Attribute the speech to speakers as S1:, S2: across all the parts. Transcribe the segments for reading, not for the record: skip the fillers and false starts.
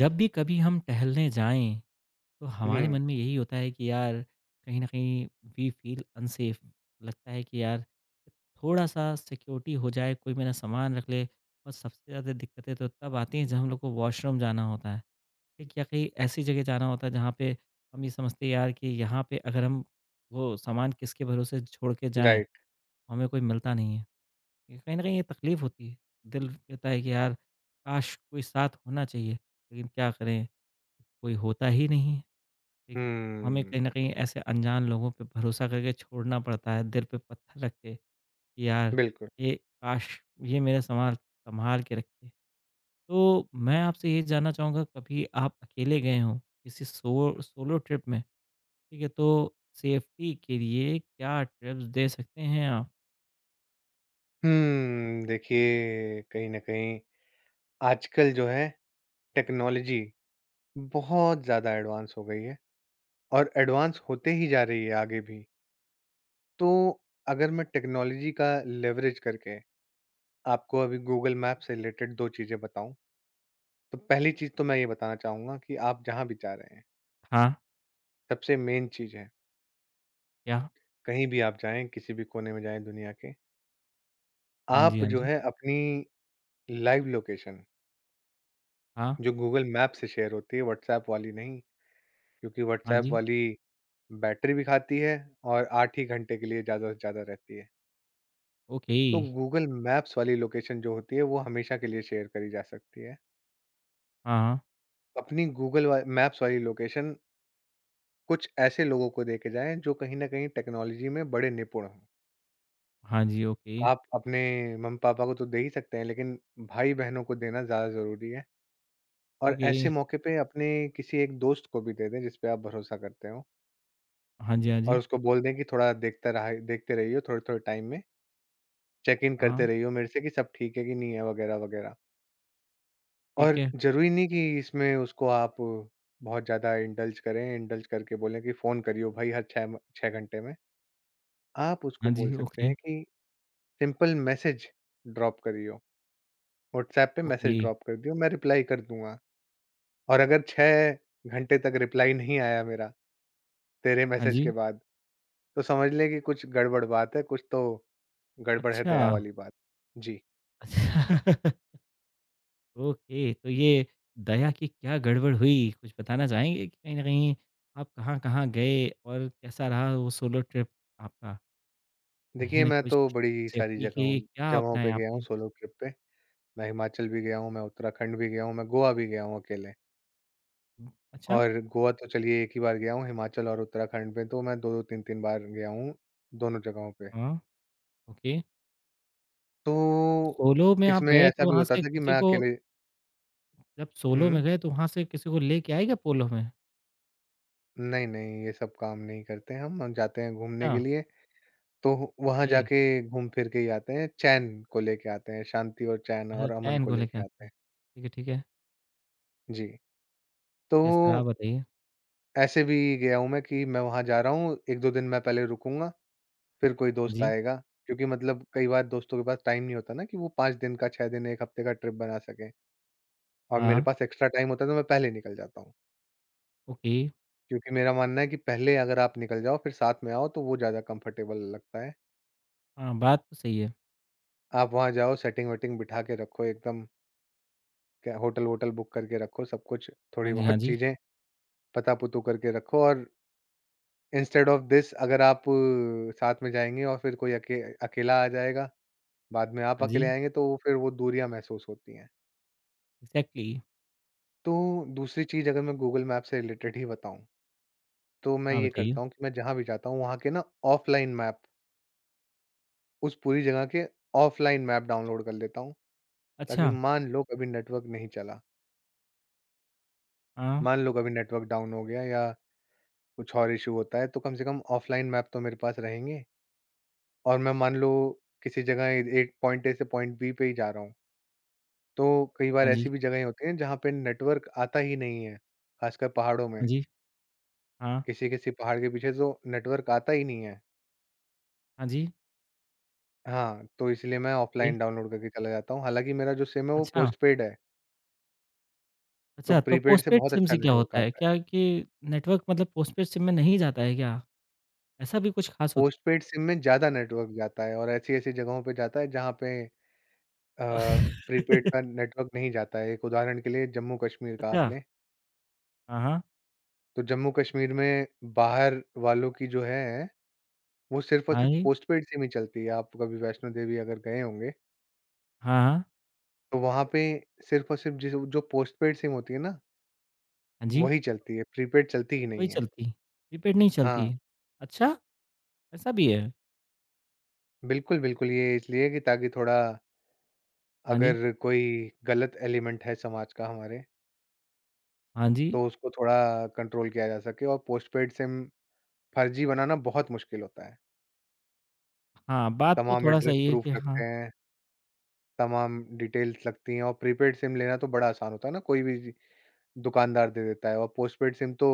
S1: जब भी कभी हम टहलने जाएं तो हमारे
S2: हुँ,
S1: मन में यही होता है कि यार कहीं ना कहीं वी फील अनसेफ लगता है कि यार थोड़ा सा सिक्योरिटी हो जाए कोई मेरा सामान रख ले। और सबसे ज़्यादा दिक्कतें तो तब आती हैं जब हम लोग को वॉशरूम जाना होता है ठीक या कहीं ऐसी जगह जाना होता है जहाँ पे हम ये समझते हैं यार कि यहाँ पे अगर हम वो सामान किसके भरोसे छोड़ के जाएं।
S2: राइट।
S1: हमें कोई मिलता नहीं है। ये कहीं ना कहीं ये तकलीफ होती है। दिल कहता है कि यार काश कोई साथ होना चाहिए लेकिन क्या करें, कोई होता ही नहीं है, ठीक? हमें कहीं
S2: हुँ,
S1: न कहीं ऐसे अनजान लोगों पे भरोसा करके छोड़ना पड़ता है, दिल पे पत्थर रख के कि यार
S2: बिल्कुल।
S1: ये, काश! ये मेरा संभाल सँभाल के रखे। तो मैं आपसे ये जानना चाहूँगा, कभी आप अकेले गए हों किसी सोलो ट्रिप में, ठीक है? तो सेफ्टी के लिए क्या टिप्स दे सकते हैं आप?
S2: देखिए कहीं न कहीं आजकल जो है टेक्नोलॉजी बहुत ज़्यादा एडवांस हो गई है और एडवांस होते ही जा रही है आगे भी। तो अगर मैं टेक्नोलॉजी का लेवरेज करके आपको अभी गूगल मैप से रिलेटेड 2 चीज़ें बताऊँ, तो पहली चीज़ तो मैं ये बताना चाहूँगा कि आप जहाँ भी जा रहे हैं,
S1: हाँ,
S2: सबसे मेन चीज़ है,
S1: क्या?
S2: कहीं भी आप जाएँ, किसी भी कोने में जाएँ दुनिया के,
S1: हाँ जी,
S2: आप
S1: हाँ
S2: जो
S1: जी।
S2: है अपनी लाइव लोकेशन
S1: हाँ,
S2: जो गूगल मैप से शेयर होती है व्हाट्सएप वाली नहीं, क्योंकि
S1: हाँ
S2: व्हाट्सएप
S1: जी।
S2: वाली बैटरी भी खाती है और 8 ही घंटे के लिए ज़्यादा से ज़्यादा रहती है।
S1: ओके।
S2: तो गूगल मैप्स वाली लोकेशन जो होती है वो हमेशा के लिए शेयर करी जा सकती है।
S1: हाँ, हाँ।
S2: अपनी गूगल वा मैप्स वाली लोकेशन कुछ ऐसे लोगों को दे के जाएँ जो कहीं न कहीं टेक्नोलॉजी में बड़े निपुण हों।
S1: हाँ जी, ओके।
S2: आप अपने मम्मी-पापा को तो दे ही सकते हैं लेकिन भाई-बहनों को देना ज़्यादा ज़रूरी है और
S1: ओके।
S2: ऐसे मौके पे अपने किसी एक दोस्त को भी दे दें जिस पे आप भरोसा करते हों।
S1: हाँ जी, हाँ
S2: और
S1: जी।
S2: उसको बोल दें कि थोड़ा देखता रहा देखते रहिए थोड़े-थोड़े टाइम में, चेक इन करते
S1: हाँ,
S2: रहिए मेरे से कि सब ठीक है कि नहीं है वगैरह-वगैरह।
S1: ठीक
S2: और
S1: है।
S2: ज़रूरी नहीं कि इसमें उसको आप बहुत ज़्यादा इंडल्ज करें, इंडल्ज करके बोलें कि फ़ोन करियो भाई हर 6 घंटे में। आप
S1: हाँ
S2: उसको बोल
S1: जी,
S2: सकते
S1: ओके।
S2: हैं कि सिंपल मैसेज ड्रॉप करियो, व्हाट्सऐप पे
S1: ओके,
S2: मैसेज ड्रॉप कर दियो, मैं रिप्लाई कर दूँगा। और अगर 6 घंटे तक रिप्लाई नहीं आया मेरा तेरे
S1: हाँ
S2: मैसेज के
S1: जी।
S2: बाद, तो समझ लें कि कुछ गड़बड़ बात है, कुछ तो गड़बड़ है
S1: अच्छा।
S2: दया वाली बात। जी।
S1: अच्छा। ओके, तो ये दया की क्या गड़बड़ हुई? कुछ बताना चाहेंगे कि कहीं न कहीं आप कहाँ-कहाँ गए और कैसा रहा वो सोलो ट्रिप आपका? कहीं
S2: देखिए,
S1: न
S2: मैं
S1: कुछ
S2: तो बड़ी सारी
S1: सेफ्टी
S2: जगहों
S1: के क्या
S2: जगहों पे
S1: अपनाया
S2: गया हूँ
S1: आपने?
S2: सोलो ट्रिप पे। मैं हिमाचल भी गया हूँ, मैं उत्तराखंड भी गया हूँ, मैं गोवा भी गया हूँ अकेले।
S1: अच्छा,
S2: और गोवा तो चलिए एक ही बार गया हूँ, हिमाचल और उत्तराखंड में तो मैं 2-2 3-3 बार गया हूँ, दोनों जगहों पे।
S1: हाँ, ओके।
S2: तो
S1: तो सोलो में आप
S2: इसमें
S1: गए
S2: ऐसा
S1: तो
S2: भी
S1: वहाँ
S2: होता
S1: से
S2: था कि
S1: किसी
S2: मैं
S1: को,
S2: अकेले
S1: जब सोलो
S2: हुँ।
S1: में गए तो वहाँ से किसी को लेके आए क्या पोलो में?
S2: नहीं, नहीं, ये सब काम नहीं करते हम जाते हैं घूमने
S1: अच्छा,
S2: के लिए, तो वहाँ
S1: ओके।
S2: जाके घूम फिर के ही आते हैं, चैन को लेके आते हैं, शांति और चैन
S1: अच्छा,
S2: और अमन
S1: चैन
S2: को
S1: को लेके
S2: लेके
S1: आते
S2: आते
S1: हैं।
S2: हैं।
S1: ठीक है, ठीक है।
S2: जी, तो
S1: कैसा रहा बताइए?
S2: ऐसे भी गया हूँ मैं कि मैं वहाँ जा रहा हूँ, 1-2 दिन मैं पहले रुकूँगा, फिर कोई
S1: हाँ
S2: दोस्त
S1: जी,
S2: आएगा। क्योंकि मतलब कई बार दोस्तों के पास टाइम नहीं होता ना कि वो 5 दिन का, 6 दिन, 1 हफ्ते का ट्रिप बना सकें। और मेरे
S1: हाँ,
S2: पास एक्स्ट्रा टाइम होता है तो मैं पहले निकल जाता हूँ।
S1: ओके।
S2: क्योंकि मेरा मानना है कि पहले अगर आप निकल जाओ फिर साथ में आओ तो वो ज़्यादा कंफर्टेबल लगता है।
S1: हाँ, बात तो सही है।
S2: आप वहाँ जाओ सेटिंग-वेटिंग बिठा के रखो एकदम, क्या होटल-वोटल बुक करके रखो सब कुछ,
S1: हाँ
S2: थोड़ी
S1: जी, हाँ
S2: बहुत
S1: जी,
S2: चीज़ें पता-पुतू करके रखो और इंस्टेड ऑफ दिस अगर आप साथ में जाएँगे और फिर कोई अकेला आ जाएगा बाद में आप
S1: हाँ जी,
S2: अकेले आएँगे तो फिर वो दूरियाँ महसूस होती हैं।
S1: एग्ज़ैक्टली।
S2: तो दूसरी चीज़ अगर मैं गूगल मैप से रिलेटेड ही बताऊँ, तो मैं
S1: हाँ,
S2: ये
S1: बताइए।
S2: करता हूँ कि मैं जहाँ भी जाता हूँ वहाँ के ना ऑफ़लाइन मैप, उस पूरी जगह के ऑफ़लाइन मैप डाउनलोड कर लेता हूँ, ताकि
S1: अच्छा,
S2: मान लो कभी नेटवर्क नहीं चला,
S1: हाँ,
S2: मान लो कभी नेटवर्क डाउन हो गया या कुछ और इश्यू होता है, तो कम से कम ऑफ़लाइन मैप तो मेरे पास रहेंगे और मैं मान लो किसी जगह ए एक पॉइंट ए से पॉइंट बी पे ही जा रहा हूँ, तो कई बार
S1: हाँ
S2: ऐसी
S1: जी,
S2: भी जगहें होती हैं जहाँ पे नेटवर्क आता ही नहीं है, ख़ासकर पहाड़ों
S1: हाँ
S2: में।
S1: जी, हाँ,
S2: किसी-किसी पहाड़ के पीछे तो नेटवर्क आता ही नहीं है।
S1: हाँ जी,
S2: हाँ, तो इसलिए मैं
S1: जी,
S2: ऑफ़लाइन डाउनलोड करके चला जाता हूँ। हालाँकि मेरा जो सिम है वो
S1: अच्छा।
S2: पोस्टपेड है, तो
S1: अच्छा तो
S2: प्रीपेड से
S1: पोस्टपेड
S2: बहुत
S1: सिम
S2: अच्छा
S1: से क्या
S2: नेटवर्क
S1: होता है?
S2: आता है।
S1: क्या कि नेटवर्क मतलब पोस्टपेड सिम में नहीं जाता है क्या? ऐसा भी कुछ ख़ास होत
S2: पोस्टपेड सिम में ज़्यादा नेटवर्क जाता है और ऐसी-ऐसी जगहों पे जाता है जहाँ पे अ, प्रीपेड का नेटवर्क नहीं जाता है। एक उदाहरण के लिए जम्मू कश्मीर का आप
S1: अच्छा,
S2: लें,
S1: हाँ, हाँ,
S2: तो जम्मू कश्मीर में बाहर वालों की जो है, वो सिर्फ़ और
S1: हाँ
S2: सिर्फ़
S1: जी,
S2: पोस्टपेड सिम ही चलती है। आप कभी वैष्णो देवी अगर गए होंगे,
S1: हाँ, हाँ,
S2: तो वहाँ पे सिर्फ़ और सिर्फ़ जिस जो पोस्टपेड सिम होती है ना
S1: हाँ जी,
S2: वही चलती है, प्रीपेड चलती ही
S1: वही
S2: नहीं है।
S1: चलती, प्रीपेड नहीं चलती।
S2: हाँ,
S1: अच्छा, ऐसा भी है?
S2: बिल्कुल, बिल्कुल ये इसलिए कि ताकि थोड़ा
S1: हाँ जी,
S2: अगर कोई गलत एलिमेंट है समाज का हमारे,
S1: हाँ जी,
S2: तो उसको थोड़ा कंट्रोल किया जा सके और पोस्टपेड सिम फर्जी बनाना बहुत मुश्किल होता है।
S1: हाँ, बात तो
S2: तमाम
S1: थोड़ा-सा
S2: एड्रेस
S1: ये है
S2: प्रूफ़
S1: कि
S2: लगते
S1: हाँ,
S2: हैं, तमाम डिटेल्स लगती हैं और प्रीपेड सिम लेना तो बड़ा आसान होता है ना, कोई भी दुकानदार दे देता है और पोस्टपेड सिम तो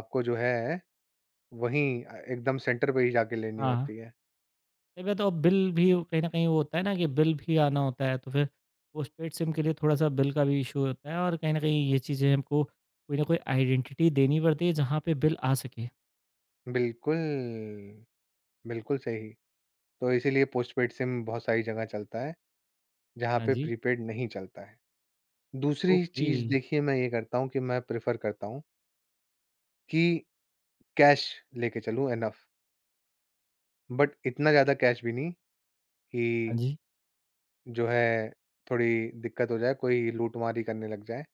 S2: आपको जो है वहीं एकदम सेंटर पे ही जाके लेनी
S1: हाँ। हाँ।
S2: होती है।
S1: कई बार तो अब बिल भी कहीं न कहीं वो होता है ना कि बिल भी आना होता है, तो फिर पोस्टपेड सिम के लिए थोड़ा-सा बिल का भी इश्यू होता है और कहीं न कहीं ये चीज़ें हमको कोई न कोई आइडेंटिटी देनी पड़ती है जहाँ पे बिल आ सके।
S2: बिल्कुल, बिल्कुल सही। तो इसीलिए पोस्टपेड सिम बहुत सारी जगह चलता है, जहाँ
S1: हाँ
S2: पे
S1: जी,
S2: प्रीपेड नहीं चलता है। दूसरी
S1: ओके,
S2: चीज़ देखिए मैं ये करता हूँ कि मैं प्रेफ़र करता हूँ कि कैश लेके चलूँ इनफ, बट इतना ज़्यादा कैश भी नहीं कि
S1: हाँ जी,
S2: जो है थोड़ी दिक्कत हो जाए, कोई लूटमारी करने लग जाए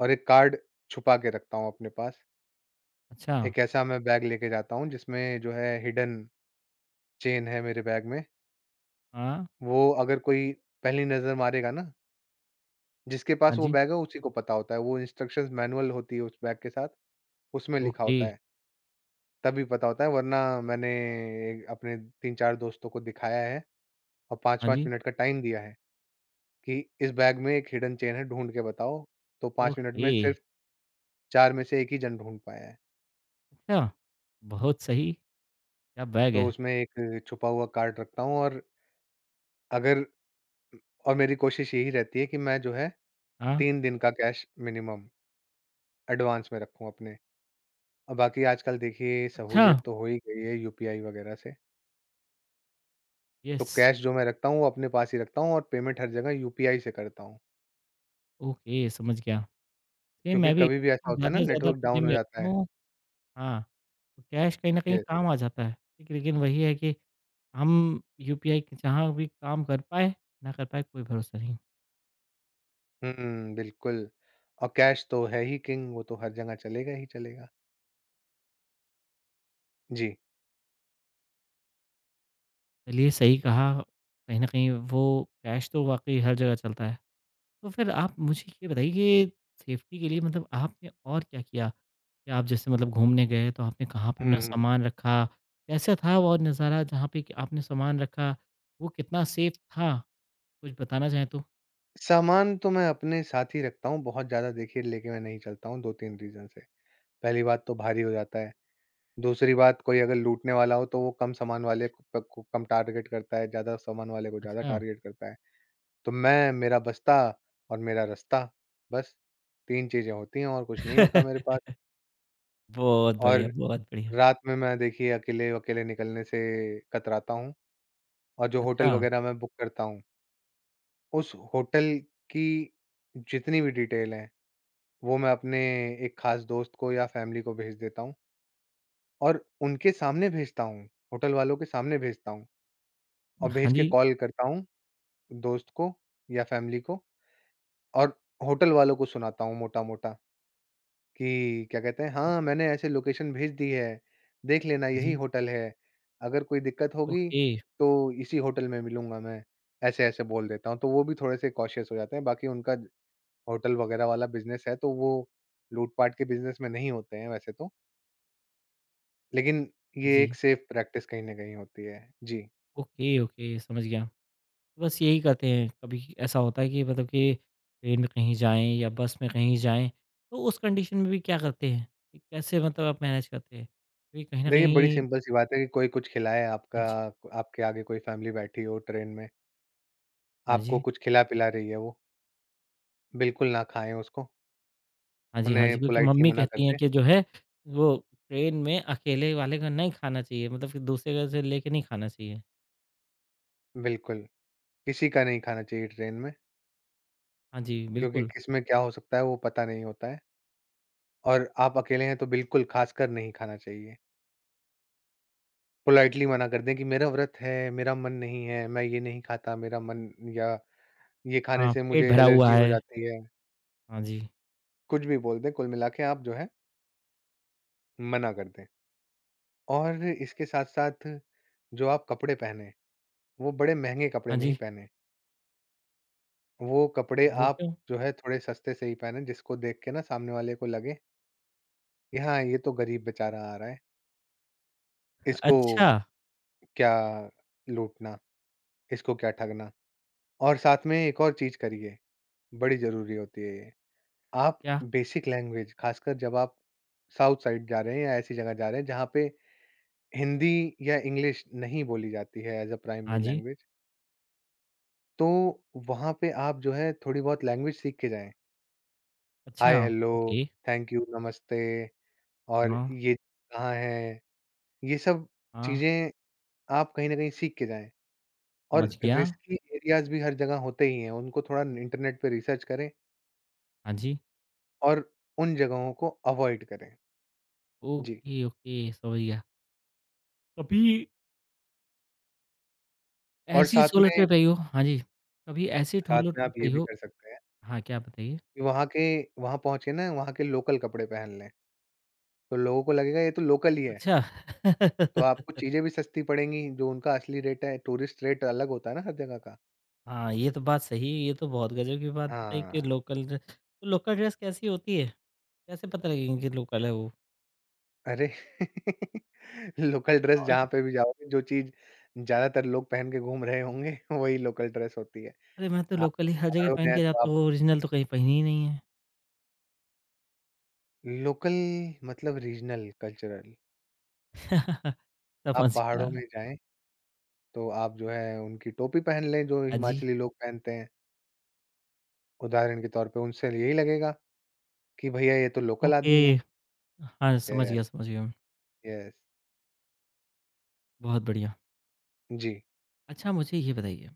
S2: और एक कार्ड छुपा के रखता हूँ अपने पास।
S1: अच्छा,
S2: एक ऐसा मैं बैग लेके जाता हूँ जिसमें जो है हिडन चेन है मेरे बैग में,
S1: हाँ,
S2: वो अगर कोई पहली नज़र मारेगा ना जिसके
S1: हाँ
S2: पास वो
S1: जी,
S2: बैग है उसी को पता होता है, वो इंस्ट्रक्शंस मैनुअल होती है उस बैग के साथ, उसमें लिखा
S1: ओके,
S2: होता है, तभी पता होता है वरना मैंने अपने 3-4 दोस्तों को दिखाया है और
S1: हाँ
S2: 5-5
S1: जी,
S2: मिनट का टाइम दिया है कि इस बैग में एक हिडन चेन है ढूँढ के बताओ, तो 5 मिनट
S1: ओके,
S2: में सिर्फ़ 4 में से 1 ही जन ढूँढ पाया है।
S1: अच्छा, बहुत सही, क्या बैग
S2: तो
S1: है,
S2: उसमें एक छुपा हुआ कार्ड रखता हूँ और अगर और मेरी कोशिश यही रहती है कि मैं जो है
S1: हाँ,
S2: 3 दिन का कैश मिनिमम एडवांस में रखूँ अपने और बाकी आजकल देखिए
S1: अच्छा,
S2: सहूलियत तो हो ही गई है यूपीआई वगैरह से। तो
S1: यस,
S2: कैश जो मैं रखता हूँ, वो अपने पास ही रखता हूँ और पेमेंट हर जगह यूपीआई से करता हूँ।
S1: ओके, समझ गया। सेम
S2: क्योंकि
S1: मैं भी
S2: कभी भी ऐसा होता है
S1: ज़्यादा
S2: ना
S1: से ज़्यादा
S2: नेटवर्क
S1: अपनी जिम
S2: डाउन
S1: में
S2: हो जाता
S1: रहता
S2: है।
S1: हूँ। हाँ। तो कैश कहीं न कहीं
S2: यस।
S1: काम आ जाता है, ठीक है? लेकिन वही है कि हम यूपीआई के जहाँ भी काम कर पाएँ, ना कर पाएँ कोई भरोसा नहीं।
S2: हुँ, बिल्कुल। और कैश तो है ही किंग, वो तो हर जगह चलेगा ही चलेगा। जी।
S1: चलिए सही कहा, कहीं न कहीं वो कैश तो वाक़ई हर जगह चलता है। तो फिर आप मुझे ये बताइए कि सेफ्टी के लिए मतलब आपने और क्या किया? कि आप जैसे मतलब घूमने गए तो आपने कहाँ पे
S2: हुँ,
S1: अपना
S2: हुँ।
S1: सामान रखा? कैसा था वो नज़ारा जहाँ पे कि आपने सामान रखा? वो कितना सेफ था? कुछ बताना चाहें तो?
S2: सामान तो मैं अपने साथ ही रखता हूँ, बहुत ज़्यादा देखिए लेके मैं नहीं चलता हूँ 2-3 रीज़न से। पहली बात तो भारी हो जाता है, दूसरी बात कोई अगर लूटने वाला हो तो वो कम सामान वाले को प को कम टारगेट करता है, ज़्यादा सामान वाले को ज़्यादा
S1: अच्छा।
S2: टारगेट करता है। तो मैं, मेरा बस्ता और मेरा रास्ता, बस 3 चीज़ें होती हैं और कुछ नहीं होता मेरे पास।
S1: बहुत बढ़िया,
S2: और
S1: बहुत बढ़िया।
S2: रात में मैं देखिए अकेले-वकेले निकलने से कतराता हूँ और जो होटल
S1: अच्छा।
S2: वगैरह मैं बुक करता हूँ, उस होटल की जितनी भी डिटेल है, वो मैं अपने एक खास दोस्त को या फ़ैमिली को भेज देता हूँ और उनके सामने भेजता हूँ, होटल वालों के सामने भेजता हूँ और
S1: हाँ
S2: भेज के
S1: जी,
S2: कॉल करता हूँ दोस्त को या फ़ैमिली को और होटल वालों को सुनाता हूँ मोटा-मोटा। कि क्या कहते हैं हाँ, मैंने ऐसे लोकेशन भेज दी है, देख लेना
S1: हाँ
S2: यही
S1: जी।
S2: होटल है, अगर कोई दिक्कत होगी
S1: ओके,
S2: तो इसी होटल में मिलूँगा मैं, ऐसे-ऐसे बोल देता हूँ। तो वो भी थोड़े से कॉशियस हो जाते हैं, बाकी उनका होटल वगैरह वाला बिज़नेस है तो वो लूट-पाट के बिज़नेस में नहीं होते हैं वैसे तो, लेकिन
S1: हाँ
S2: ये
S1: जी।
S2: एक सेफ प्रैक्टिस कहीं न कहीं होती है। जी,
S1: ओके, ओके समझ गया। बस यही करते हैं, कभी ऐसा होता है कि मतलब कि ट्रेन में कहीं जाएँ या बस में कहीं जाएँ, तो उस कंडीशन में भी क्या करते हैं? कि कैसे मतलब आप मैनेज करते हैं? क्योंकि कहीं न
S2: देखिए बड़ी
S1: कहीं
S2: सिंपल-सी बात है कि कोई कुछ खिलाए
S1: हाँ
S2: आपका
S1: जी,
S2: आपके आगे कोई फैमिली बैठी हो ट्रेन में,
S1: हाँ
S2: आपको
S1: जी,
S2: कुछ खिला-पिला रही है वो, बिल्कुल ना खाएँ उसको,
S1: हाँ जी, हाँ जी,
S2: उन्हें
S1: क्योंकि
S2: पोलाइटली
S1: मम्मी
S2: मना कर
S1: कहती हैं
S2: दें।
S1: कि जो है वो ट्रेन में अकेले वाले का नहीं खाना चाहिए, मतलब कि दूसरे का से लेके नहीं खाना चाहिए।
S2: बिल्कुल, किसी का नहीं खाना चाहिए ट्रेन में,
S1: हाँ जी,
S2: क्योंकि
S1: बिल्कुल।
S2: किसमें क्या हो सकता है वो पता नहीं होता है और आप अकेले हैं तो बिल्कुल खासकर नहीं खाना चाहिए। पोलाइटली मना कर दें कि मेरा व्रत है, मेरा मन नहीं है, मैं ये नहीं खाता, मेरा मन या ये खाने
S1: हाँ,
S2: से
S1: पेट
S2: मुझे
S1: भरा हुआ
S2: एलर्जी हो
S1: है।
S2: जाती है।
S1: हाँ जी,
S2: कुछ भी बोल दें, कुल मिला के आप जो है मना कर दें। और इसके साथ-साथ जो आप कपड़े पहने, वो बड़े महँगे कपड़े
S1: हाँ
S2: नहीं
S1: जी।
S2: पहने। वो कपड़े
S1: वो
S2: आप
S1: क्यों?
S2: जो है थोड़े सस्ते से ही पहने जिसको देख के ना सामने वाले को लगे कि हाँ, ये तो गरीब बेचारा आ रहा है। इसको
S1: अच्छा,
S2: क्या लूटना, इसको क्या ठगना। और साथ में एक और चीज़ करिए, बड़ी ज़रूरी होती है ये। आप
S1: क्या?
S2: बेसिक लैंग्वेज ख़ासकर जब आप साउथ साइड जा रहे हैं या ऐसी जगह जा रहे हैं जहाँ पे हिंदी या इंग्लिश नहीं बोली जाती है एज़ अ
S1: हाँ
S2: प्राइमरी
S1: जी।
S2: लैंग्वेज, तो वहाँ पे आप जो है थोड़ी-बहुत लैंग्वेज सीख के जाएँ।
S1: अच्छा,
S2: hi, hello,
S1: okay.
S2: Thank you, नमस्ते और
S1: हाँ,
S2: ये कहाँ है, ये सब
S1: हाँ,
S2: चीज़ें आप कहीं न कहीं सीख के जाएँ। और
S1: समझ गया।
S2: रिस्की एरियाज़ भी हर जगह होते ही हैं, उनको थोड़ा इंटरनेट पे रिसर्च करें
S1: हाँ जी।
S2: और उन जगहों को अवॉइड करें। जी,
S1: ओके, ओके, समझ गया। कभी
S2: और
S1: ऐसी
S2: साथ
S1: सोलो
S2: में
S1: ट्रिप रही हो, हाँ जी, कभी ऐसी
S2: साथ
S1: सोलो
S2: में
S1: ट्रिप
S2: आप ये
S1: रही
S2: भी
S1: हो,
S2: कर सकते हैं
S1: हाँ, क्या बताइए?
S2: कि वहाँ के वहाँ पहुँचे ना, वहाँ के लोकल कपड़े पहन लें, तो लोगों को लगेगा ये तो लोकल ही है,
S1: अच्छा।
S2: तो आपको चीज़ें भी सस्ती पड़ेंगी, जो उनका असली रेट है, टूरिस्ट रेट अलग होता है ना हर जगह का।
S1: हाँ, ये तो बात सही है, ये तो बहुत गज़ब की बात बताई कि
S2: हाँ,
S1: लोकल ड्रेस कैसी होती है? कैसे पता लगेगी कि लोकल है वो?
S2: अरे! लोकल ड्रेस
S1: और
S2: जहाँ पे भी जाओगे, जो चीज़ ज़्यादातर लोग पहन के घूम रहे होंगे, वही लोकल ड्रेस होती है।
S1: अरे! मैं तो
S2: आप
S1: लोकल ही हर जगह
S2: पहाड़ों में
S1: पहन
S2: हैं,
S1: के
S2: तो
S1: जाता
S2: आप
S1: हूँ, ओरिजिनल तो कहीं पहनी ही नहीं है।
S2: लोकल मतलब रीजनल कल्चरल। आप
S1: समझ गया।
S2: पहाड़ों में जाएँ, तो आप जो है उनकी टोपी पहन लें जो
S1: हाँ जी,
S2: हिमाचली लोग पहनते हैं। उदाहरण के तौर पे उनसे यही लगेगा कि भैया ये तो लोकल
S1: ओके।
S2: आदमी है।
S1: हाँ, समझ गया,
S2: येस,
S1: समझ गया।
S2: येस।
S1: बहुत बढ़िया।
S2: जी।
S1: अच्छा मुझे ये बताइए,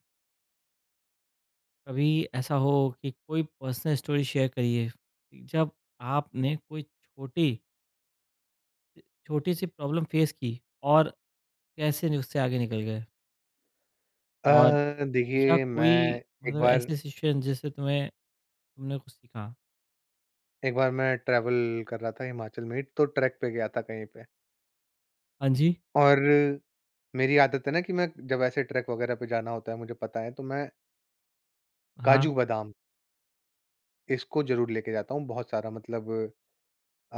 S1: कभी ऐसा हो कि कोई पर्सनल स्टोरी शेयर करिए, जब आपने कोई छोटी, छोटी-सी प्रॉब्लम फेस की और कैसे उससे आगे निकल गए?
S2: अ,
S1: और या
S2: देखिए
S1: कोई
S2: मैं
S1: मतलब ऐसी सिचुएशन जिससे तुम्हें तुमने कुछ सीखा?
S2: एक बार मैं ट्रैवल कर रहा था हिमाचल में ही तो ट्रैक पे गया था कहीं पे।
S1: हाँ जी,
S2: और मेरी आदत है ना कि मैं जब ऐसे ट्रैक वगैरह पे जाना होता है मुझे पता है तो मैं
S1: हाँ,
S2: काजू बादाम इसको ज़रूर लेके जाता हूँ बहुत सारा मतलब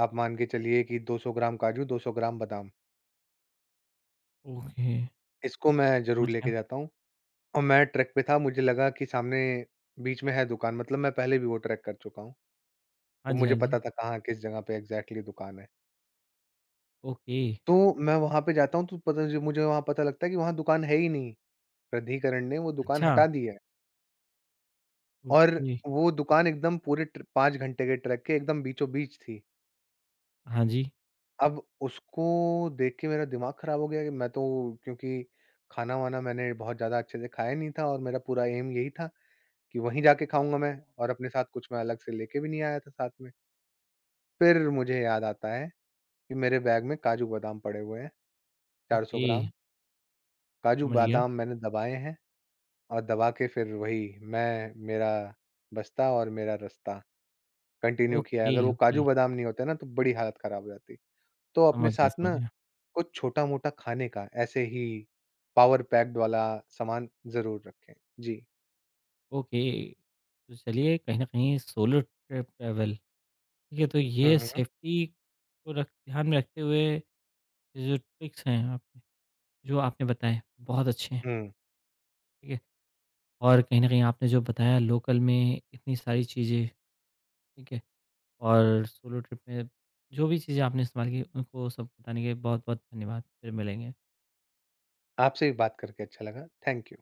S2: आप मान के चलिए कि 200 ग्राम काजू, 200 ग्राम बादाम,
S1: ओके,
S2: इसको मैं ज़रूर
S1: समझ
S2: लेके
S1: गया।
S2: जाता हूँ। और मैं ट्रैक पे था, मुझे लगा कि सामने बीच में है दुकान, मतलब मैं पहले भी वो ट्रैक कर चुका हूँ, तो
S1: हाँ जी, हाँ
S2: मुझे
S1: जी,
S2: पता था कहाँ, किस जगह पे एग्ज़ैक्टली दुकान है।
S1: ओके,
S2: तो मैं वहाँ पे जाता हूँ, तो पता ज मुझे वहाँ पता लगता है कि वहाँ दुकान है ही नहीं, प्राधिकरण ने वो दुकान
S1: अच्छा,
S2: हटा दी है। और
S1: ओके,
S2: वो दुकान एकदम पूरे ट्र 5 घंटे के ट्रैक के एकदम बीचों-बीच थी।
S1: हाँ जी,
S2: अब उसको देख के मेरा दिमाग खराब हो गया कि मैं तो क्योंकि खाना-वाना मैंने बहुत ज़्यादा अच्छे से खाया नहीं था और मेरा पूरा एम यही था कि वहीं जाके खाऊँगा मैं और अपने साथ कुछ मैं अलग से लेके भी नहीं आया था साथ में। फिर मुझे याद आता है कि मेरे बैग में काजू बादाम पड़े हुए हैं, 400
S1: ओके,
S2: ग्राम। काजू
S1: समझ गया।
S2: बादाम मैंने दबाए हैं और दबा के फिर वही मैं, मेरा बस्ता और मेरा रास्ता कंटिन्यू किया है।
S1: ओके,
S2: अगर वो काजू
S1: ओके,
S2: बादाम नहीं होते ना तो बड़ी हालत खराब हो जाती। तो अपने
S1: समझ गया,
S2: साथ
S1: समझ
S2: ना
S1: गया।
S2: कुछ छोटा-मोटा खाने का ऐसे ही पावर पैक्ड वाला सामान ज़रूर रखें। जी।
S1: ओके, तो चलिए कहीं न कहीं सोलो ट्रिप ट्रैवल, ठीक है? तो
S2: हुँ,
S1: ये
S2: हुँ,
S1: सेफ्टी को रख ध्यान में रखते हुए ये जो ट्रिक्स हैं आपने, जो आपने बताए बहुत अच्छे हैं,
S2: हुँ।
S1: ठीक है? और कहीं न कहीं आपने जो बताया लोकल में इतनी सारी चीज़ें, ठीक है? और सोलो ट्रिप में जो भी चीज़ें आपने इस्तेमाल की उनको सब बताने के लिए बहुत-बहुत धन्यवाद। फिर मिलेंगे।
S2: आपसे भी बात करके अच्छा लगा। Thank you.